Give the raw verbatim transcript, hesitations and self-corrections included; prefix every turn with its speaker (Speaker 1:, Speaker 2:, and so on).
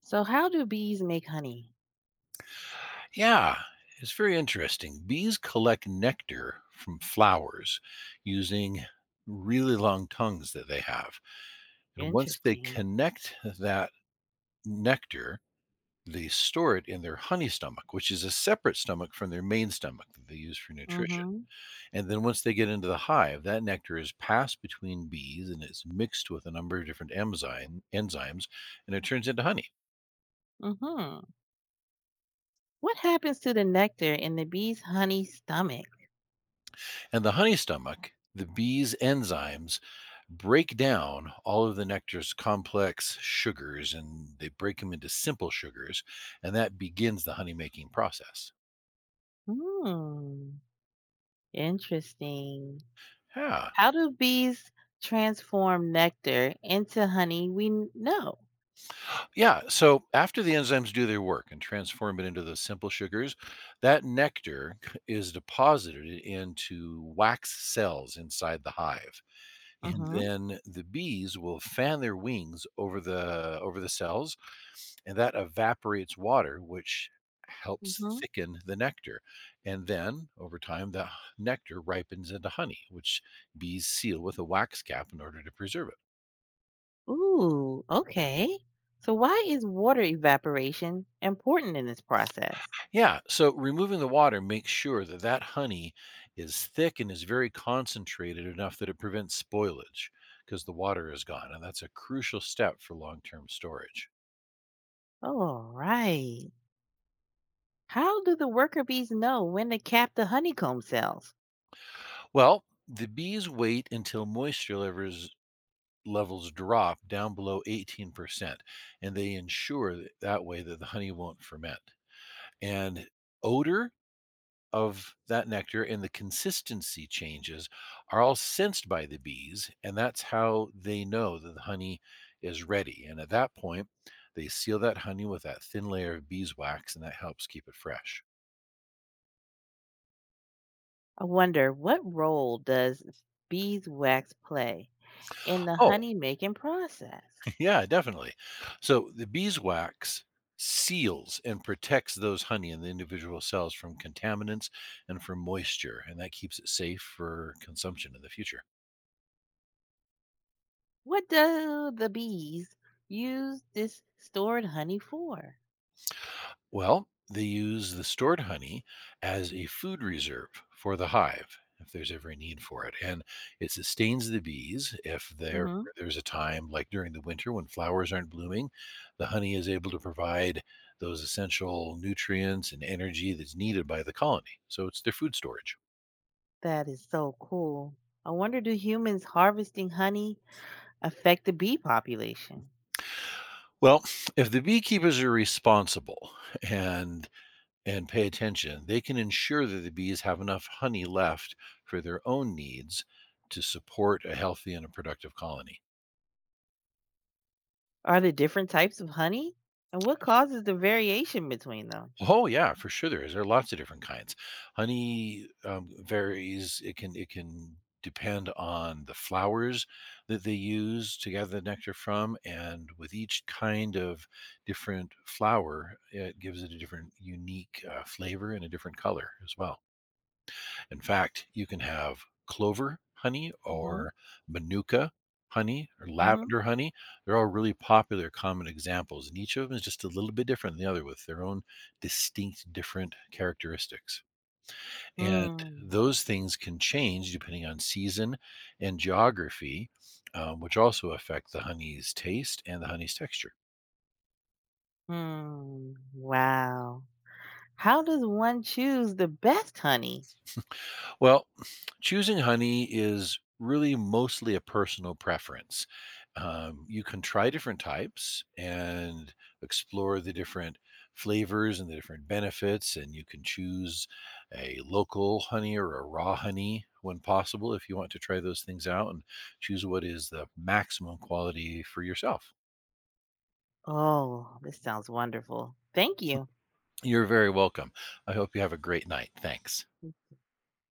Speaker 1: So how do bees make honey?
Speaker 2: Yeah, it's very interesting. Bees collect nectar from flowers using really long tongues that they have. And once they
Speaker 1: Interesting.
Speaker 2: connect that nectar, they store it in their honey stomach, which is a separate stomach from their main stomach that they use for nutrition.
Speaker 1: Mhm.
Speaker 2: And then once they get into the hive, that nectar is passed between bees and it's mixed with a number of different enzyme, enzymes and it turns into honey.
Speaker 1: Mhm. What happens to the nectar in the bee's honey stomach?
Speaker 2: And the honey stomach, the bee's enzymes break down all of the nectar's complex sugars and they break them into simple sugars. And that begins the honey making process.
Speaker 1: Hmm. Interesting.
Speaker 2: Yeah.
Speaker 1: How do bees transform nectar into honey we n- know?
Speaker 2: Yeah. So after the enzymes do their work and transform it into those simple sugars, that nectar is deposited into wax cells inside the hive. And
Speaker 1: Mhm.
Speaker 2: then the bees will fan their wings over the over the cells and that evaporates water, which helps
Speaker 1: Mhm.
Speaker 2: thicken the nectar. And then over time, the nectar ripens into honey, which bees seal with a wax cap in order to preserve it.
Speaker 1: Ooh, okay. So why is water evaporation important in this process?
Speaker 2: Yeah, so removing the water makes sure that that honey is thick and is very concentrated enough that it prevents spoilage because the water is gone. And that's a crucial step for long term storage.
Speaker 1: All right. How do the worker bees know when to cap the honeycomb cells?
Speaker 2: Well, the bees wait until moisture levels levels drop down below eighteen percent. And they ensure that, that way that the honey won't ferment. And odor of that nectar and the consistency changes are all sensed by the bees. And that's how they know that the honey is ready. And at that point, they seal that honey with that thin layer of beeswax, and that helps keep it fresh.
Speaker 1: I wonder, what role does beeswax play in the
Speaker 2: Oh,
Speaker 1: honey making process?
Speaker 2: yeah, definitely. So the beeswax seals and protects those honey in the individual cells from contaminants and from moisture, and that keeps it safe for consumption in the future.
Speaker 1: What do the bees use this stored honey for?
Speaker 2: Well, they use the stored honey as a food reserve for the hive if there's ever a need for it. And it sustains the bees if there
Speaker 1: Hmm.
Speaker 2: there's a time like during the winter when flowers aren't blooming, the honey is able to provide those essential nutrients and energy that's needed by the colony. So it's their food storage.
Speaker 1: That is so cool. I wonder, do humans harvesting honey affect the bee population?
Speaker 2: Well, if the beekeepers are responsible and and pay attention, they can ensure that the bees have enough honey left for their own needs to support a healthy and a productive colony.
Speaker 1: Are there different types of honey? And what causes the variation between them?
Speaker 2: Oh yeah, for sure there is. There are lots of different kinds. Honey um, varies. It can it can depend on the flowers that they use to gather the nectar from, and with each kind of different flower, it gives it a different, unique uh, flavor and a different color as well. In fact, you can have clover honey
Speaker 1: Hmm.
Speaker 2: or manuka honey or
Speaker 1: Hmm.
Speaker 2: lavender honey. They're all really popular, common examples, and each of them is just a little bit different than the other with their own distinct, different characteristics. And
Speaker 1: Hmm.
Speaker 2: those things can change depending on season and geography, um, which also affect the honey's taste and the honey's texture.
Speaker 1: Hmm. Wow. How does one choose the best honey?
Speaker 2: Well, choosing honey is really mostly a personal preference. Um, you can try different types and explore the different flavors and the different benefits, and you can choose a local honey or a raw honey when possible if you want to try those things out and choose what is the maximum quality for yourself.
Speaker 1: Oh, this sounds wonderful. Thank you.
Speaker 2: You're very welcome. I hope you have a great night. Thanks.